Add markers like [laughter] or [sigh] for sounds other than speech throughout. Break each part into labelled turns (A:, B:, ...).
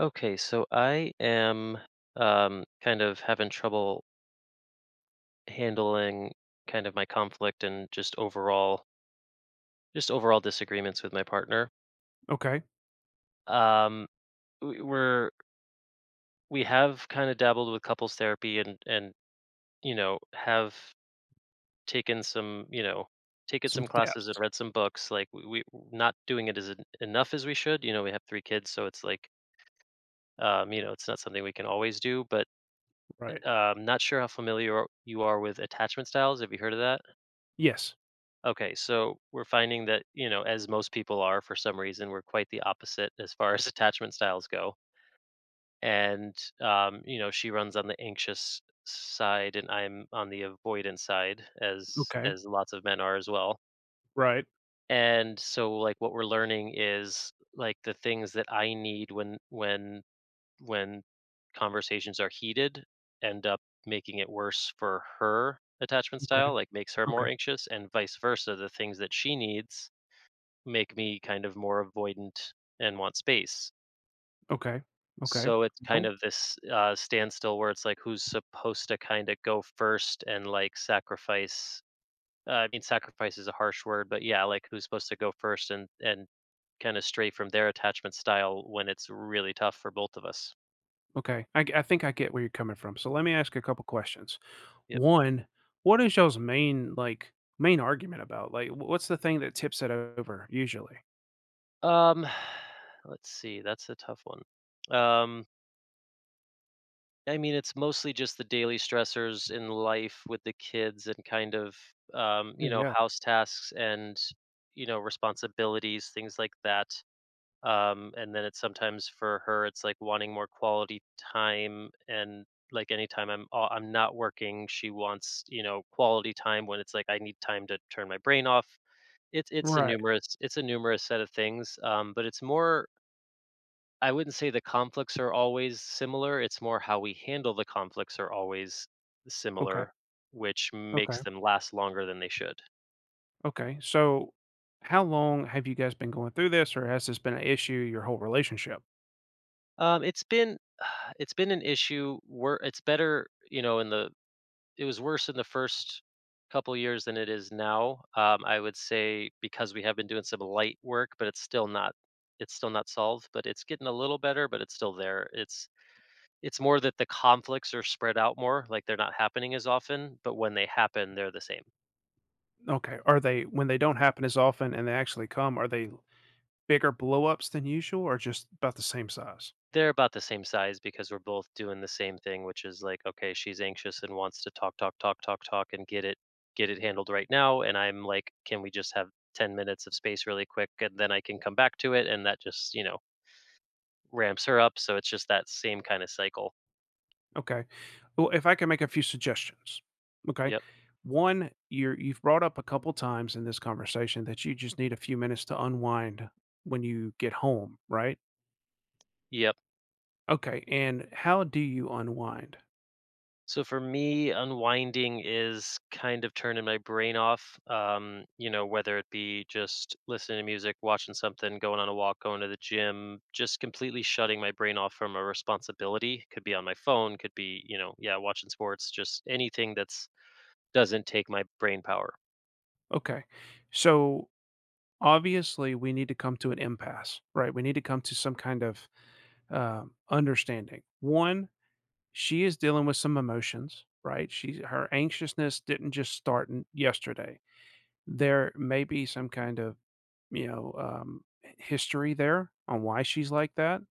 A: Okay, so I am kind of having trouble handling kind of my conflict and just overall disagreements with my partner.
B: Okay,
A: Um, we we have kind of dabbled with couples therapy and have taken some
B: some
A: classes and
B: steps,
A: read some books. Like we not doing it as enough as we should. You know, we have three kids, so it's like it's not something we can always do. But
B: right.
A: uh, I'm not sure how familiar you are with attachment styles. Have you heard of that?
B: Yes,
A: Okay, so we're finding that, as most people are for some reason, we're quite the opposite as far [laughs] as attachment styles go. And she runs on the anxious side and I'm on the avoidance side as
B: okay,
A: as lots of men are as well.
B: right,
A: And so like what we're learning is like the things that I need when conversations are heated end up making it worse for her attachment
B: okay,
A: style, like makes her
B: okay,
A: more anxious and vice versa, the things that she needs make me kind of more avoidant and want space.
B: okay, okay,
A: So it's kind
B: no,
A: of this standstill where it's like who's supposed to kind of go first and like sacrifice. I mean, sacrifice is a harsh word, but yeah, like who's supposed to go first and kind of stray from their attachment style when it's really tough for both of us.
B: okay, I think I get where you're coming from, so let me ask a couple questions.
A: Yep.
B: One, what is y'all's main, like, main argument about? Like, wh what's the thing that tips it over usually?
A: Um, [sighs] let's see. That's a tough one. Um, I mean, it's mostly just the daily stressors in life with the kids and kind of,
B: Yeah, yeah,
A: house tasks and, responsibilities, things like that. And then it's sometimes for her, it's like wanting more quality time. And like anytime I'm not working, she wants, quality time when it's like I need time to turn my brain off. It's a
B: right,
A: numerous it's a numerous set of things. But it's more — I wouldn't say the conflicts are always similar, it's more how we handle the conflicts are always
B: okay,
A: similar, which
B: okay,
A: makes them last longer than they should.
B: okay, so how long have you guys been going through this, or has this been an issue your whole relationship?
A: It's been [sighs] it's been an issue where it's better, in the it was worse in the first couple years than it is now. I would say because we have been doing some light work, but it's still not solved, but it's getting a little better, but it's still there. It's more that the conflicts are spread out more, like, they're not happening as often, but when they happen, they're the same.
B: Okay, are they when they don't happen as often and they actually come, are they bigger blowups than usual or just about the same size?
A: They're about the same size because we're both doing the same thing, which is like, okay, she's anxious and wants to talk, talk, talk, talk, talk, and get it handled right now, and I'm like, "Can we just have 10 minutes of space really quick, and then I can come back to it," and that just, ramps her up, so it's just that same kinda cycle.
B: Okay. Well, if I can make a few suggestions. Okay.
A: Yep.
B: One, you've brought up a couple times in this conversation that you just need a few minutes to unwind when you get home, right?
A: Yep.
B: Okay. And how do you unwind?
A: So for me, unwinding is kind of turning my brain off. Whether it be just listening to music, watching something, going on a walk, going to the gym, just completely shutting my brain off from a responsibility. Could be on my phone, could be, yeah, watching sports, just anything that's doesn't take my brain power.
B: Okay. So obviously, we need to come to an impasse, right? We need to come to some kind of understanding. One, she is dealing with some emotions, right? She her anxiousness didn't just start yesterday. There may be some kind of, you know, history there on why she's like that.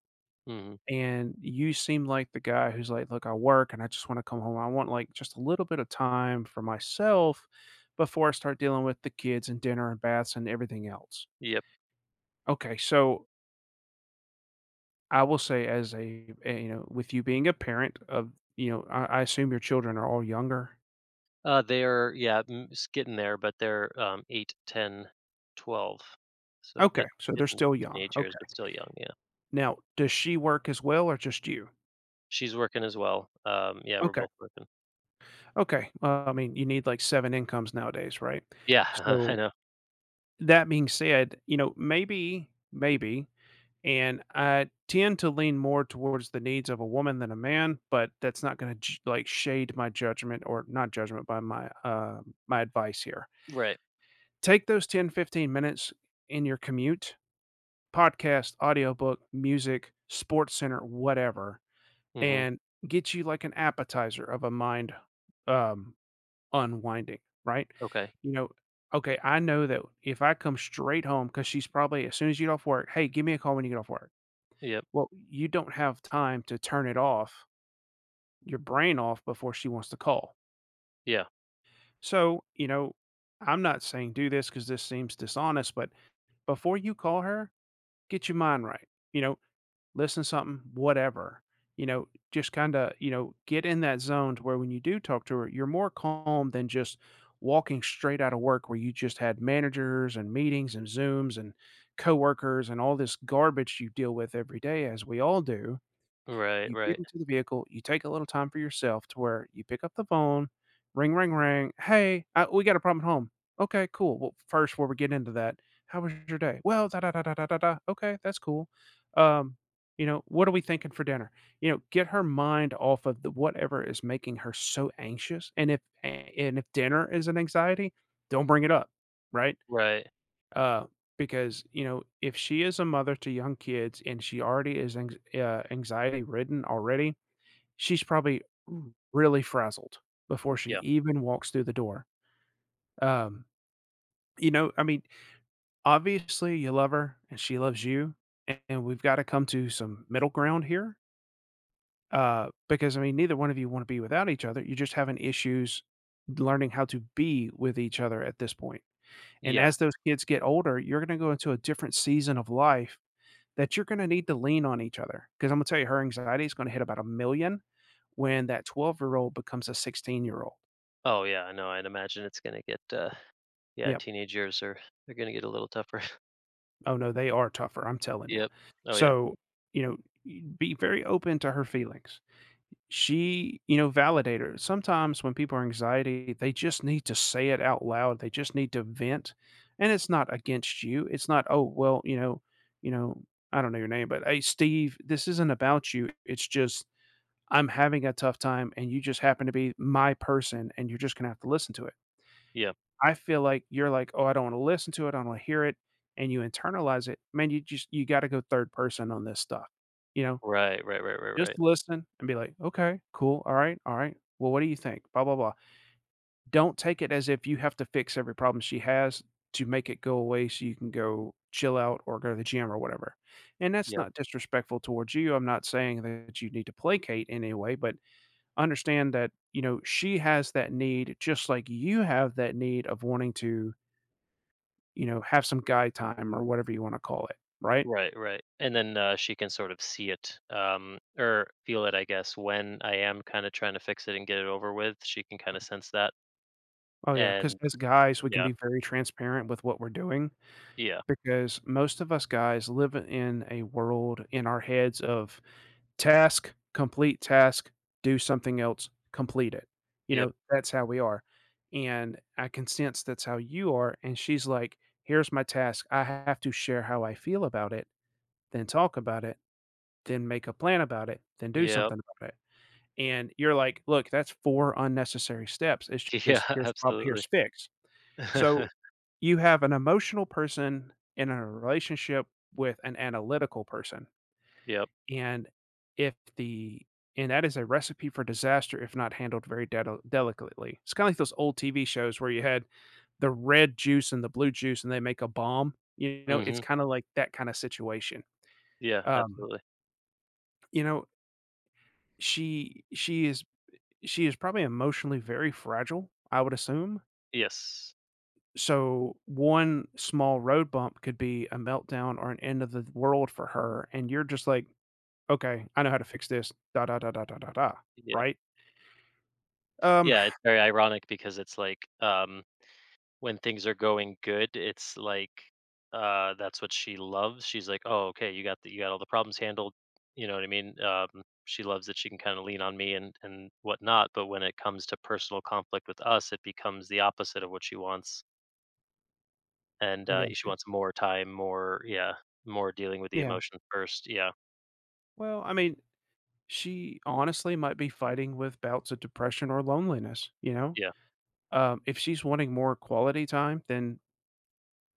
A: Hmm.
B: And you seem like the guy who's like, look, I work and I just want to come home. I want like just a little bit of time for myself before I start dealing with the kids and dinner and baths and everything else.
A: Yep.
B: Okay, so I will say, as a you know, with you being a parent of, you know, I assume your children are all younger.
A: They're yeah, getting there, but they're 8, 10, 12. So
B: Okay, so they're
A: getting
B: still young.
A: teenagers,
B: Okay.
A: but still young. Yeah.
B: Now, does she work as well or just you?
A: She's working as well. Yeah, we're
B: Okay.
A: both working.
B: Okay. Well, I mean, you need like 7 incomes nowadays, right?
A: Yeah, [laughs] I
B: So,
A: know.
B: that being said, you know, maybe, and I tend to lean more towards the needs of a woman than a man, but that's not gonna like, shade my judgment or not judgment, by my, my advice here.
A: Right.
B: Take those 10, 15 minutes in your commute, podcast, audiobook, music, sports center, whatever,
A: Mhm.
B: and get you like an appetizer of a mind, um, unwinding, right?
A: Okay.
B: You know, okay, I know that if I come straight home, because she's probably as soon as you get off work, hey, give me a call when you get off work.
A: Yep.
B: Well, you don't have time to turn it off, your brain off before she wants to call.
A: Yeah.
B: So, you know, I'm not saying do this because this seems dishonest, but before you call her, get your mind right. You know, listen to something, whatever. You know, just kinda, you know, get in that zone to where when you do talk to her, you're more calm than just walking straight out of work where you just had managers and meetings and Zooms and coworkers and all this garbage you deal with every day as we all do.
A: Right,
B: You get
A: right,
B: into the vehicle, you take a little time for yourself to where you pick up the phone, ring, ring, ring. Hey, we got a problem at home. Okay, cool. Well, first, before we get into that, how was your day? Well, da da da da da da. Da. Okay, that's cool. Um, you know, what are we thinking for dinner? You know, get her mind off of the whatever is making her so anxious. And if dinner is an anxiety, don't bring it up, right?
A: right.
B: Uh, because you know if she is a mother to young kids and she already is anxiety ridden already. She's probably really frazzled before she
A: Yeah.
B: even walks through the door. Um, you know, I mean, obviously, you love her and she loves you, and we've gotta come to some middle ground here, because, I mean, neither one of you wanna be without each other, you're just having issues learning how to be with each other at this point. And
A: Yeah.
B: as those kids get older, you're gonna go into a different season of life that you're gonna need to lean on each other. Because I 'Cause Imma tell you her anxiety is gonna hit about a million when that 12-year-old year old becomes a 16-year-old year old.
A: Oh, yeah, I know, I'd imagine it's gonna get, yeah,
B: Yep.
A: teenage years are — they're gonna get a little tougher. [laughs]
B: Oh, no, they are tougher, I'm telling you.
A: Yep. Oh, yeah.
B: So, you know, y be very open to her feelings. She You know, validate her. Sometimes when people are anxiety, they just need to say it out loud, they just need to vent, and it's not against you, it's not, "Oh, well, you know, I don't know your name, but hey, Steve, this isn't about you, it's just I'm having a tough time, and you just happen to be my person, and you're just gonna have to listen to it.'"
A: Yeah.
B: I feel like you're like, "Oh, I don't wanna listen to it, I don't wanna hear it," and you internalize it, man, you just you gotta go third person on this stuff, you know?
A: Right, right, right, right,
B: Just
A: right.
B: listen and be like, "Okay, cool, alright, alright, well, what do you think? Blah, blah, blah." Don't take it as if you have to fix every problem she has to make it go away so you can go chill out or go to the gym or whatever, and that's
A: Yep.
B: not disrespectful towards you, I'm not saying that you need to placate in any way, but understand that, you know, she has that need just like you have that need of wanting to you know, have some guy time or whatever you wanna call it, right?
A: Right, right. And then, she can sort of see it, or feel it, I guess, when I am kinda trying to fix it and get it over with, she can kinda sense that.
B: Oh, yeah, because
A: And
B: as guys, we can
A: yeah.
B: be very transparent with what we're doing
A: Yeah.
B: because most of us guys live in a world in our heads of task, complete task, do something else, complete it. You
A: Yep.
B: know, that's how we are, and I can sense that's how you are, and she's like, "Here's my task. I have to share how I feel about it, then talk about it, then make a plan about it, then do
A: Yep.
B: something about it." And you're like, "Look, that's 4 unnecessary steps. It's
A: [laughs] Yeah,
B: just here's problem,
A: absolutely.
B: here's fix." So,
A: [laughs]
B: you have an emotional person in a relationship with an analytical person,
A: Yep.
B: and if the and that is a recipe for disaster if not handled very delicately. It's kinda like those old TV shows where you had the red juice and the blue juice and they make a bomb, you know, it's
A: Mhm.
B: kinda like that kinda situation.
A: Yeah,
B: Um,
A: absolutely.
B: you know, she she is she is probably emotionally very fragile, I would assume.
A: Yes.
B: So one small road bump could be a meltdown or an end of the world for her. And you're just like, okay, I know how to fix this. Da da da da da da da.
A: Yeah.
B: Right? Um,
A: Yeah, it's very ironic because it's like, when things are going good, it's like, that's what she loves. She's like, "Oh, okay, you got all the problems handled." You know what I mean? She loves that she can kinda lean on me and whatnot, but when it comes to personal conflict with us, it becomes the opposite of what she wants, and,
B: [sighs] I got
A: she
B: you.
A: wants more time, more yeah, more dealing with the
B: Yeah.
A: emotion first. Yeah,
B: Well, I mean, she honestly might be fighting with bouts of depression or loneliness, you know?
A: yeah,
B: If she's wanting more quality time, then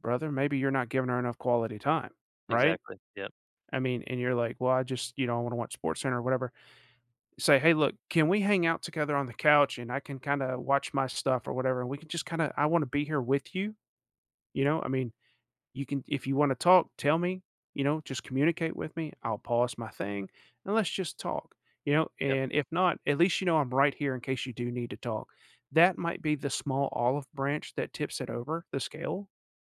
B: brother, maybe you're not giving her enough quality time, right?
A: exactly. Yep.
B: I mean, and you're like, well, you know, I want to watch Sports Center or whatever say, "Hey, look, can we hang out together on the couch and I can kind of watch my stuff or whatever, and we can just kind of I want to be here with you." You know, I mean, you can if you want to talk, tell me, you know, just communicate with me. I'll pause my thing and let's just talk. You know,
A: Yep.
B: and if not, at least you know I'm right here in case you do need to talk. That might be the small olive branch that tips it over the scale.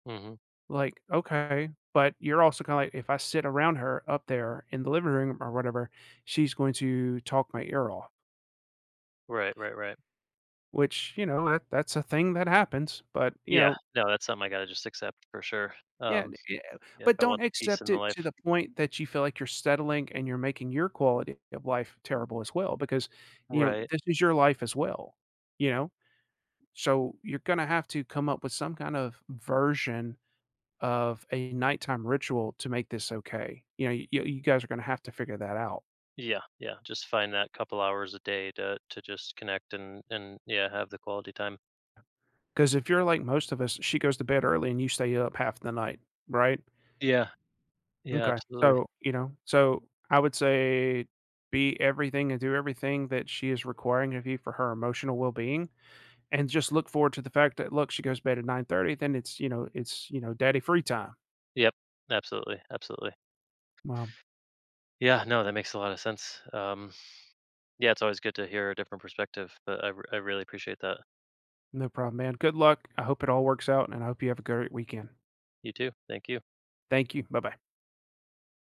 A: Mhm.
B: Like, okay, but you're also kind of like, if I sit around her up there in the living room or whatever, she's going to talk my ear off.
A: Right, right, right.
B: Which, you know, that's a thing that happens, but, you
A: Yeah,
B: know
A: no, that's something I gotta just accept for sure.
B: yeah,
A: Um,
B: yeah,
A: yeah, if
B: but
A: I want
B: don't
A: the peace in
B: accept
A: the
B: it
A: life.
B: to the point that you feel like you're settling and you're making your quality of life terrible as well because, you know,
A: Right.
B: this is your life as well, you know? So, you're gonna have to come up with some kind of version of a nighttime ritual to make this okay. You know, you guys are gonna have to figure that out.
A: Yeah, yeah, just find that couple hours a day to just connect and yeah, have the quality time.
B: Because if you're like most of us, she goes to bed early and you stay up half the night, right?
A: Yeah, yeah,
B: Okay.
A: absolutely.
B: So, you know, so I would say be everything and do everything that she is requiring of you for her emotional well-being, and just look forward to the fact that, look, she goes to bed at 9:30, then you know, you know, daddy free time.
A: Yep, absolutely, absolutely.
B: Well,
A: Yeah, no, that makes a lot of sense. Yeah, it's always good to hear a different perspective, but I really appreciate that.
B: no problem, man. Good luck. I hope it all works out, and I hope you have a great weekend.
A: You too. Thank you.
B: Thank you. Bye-bye.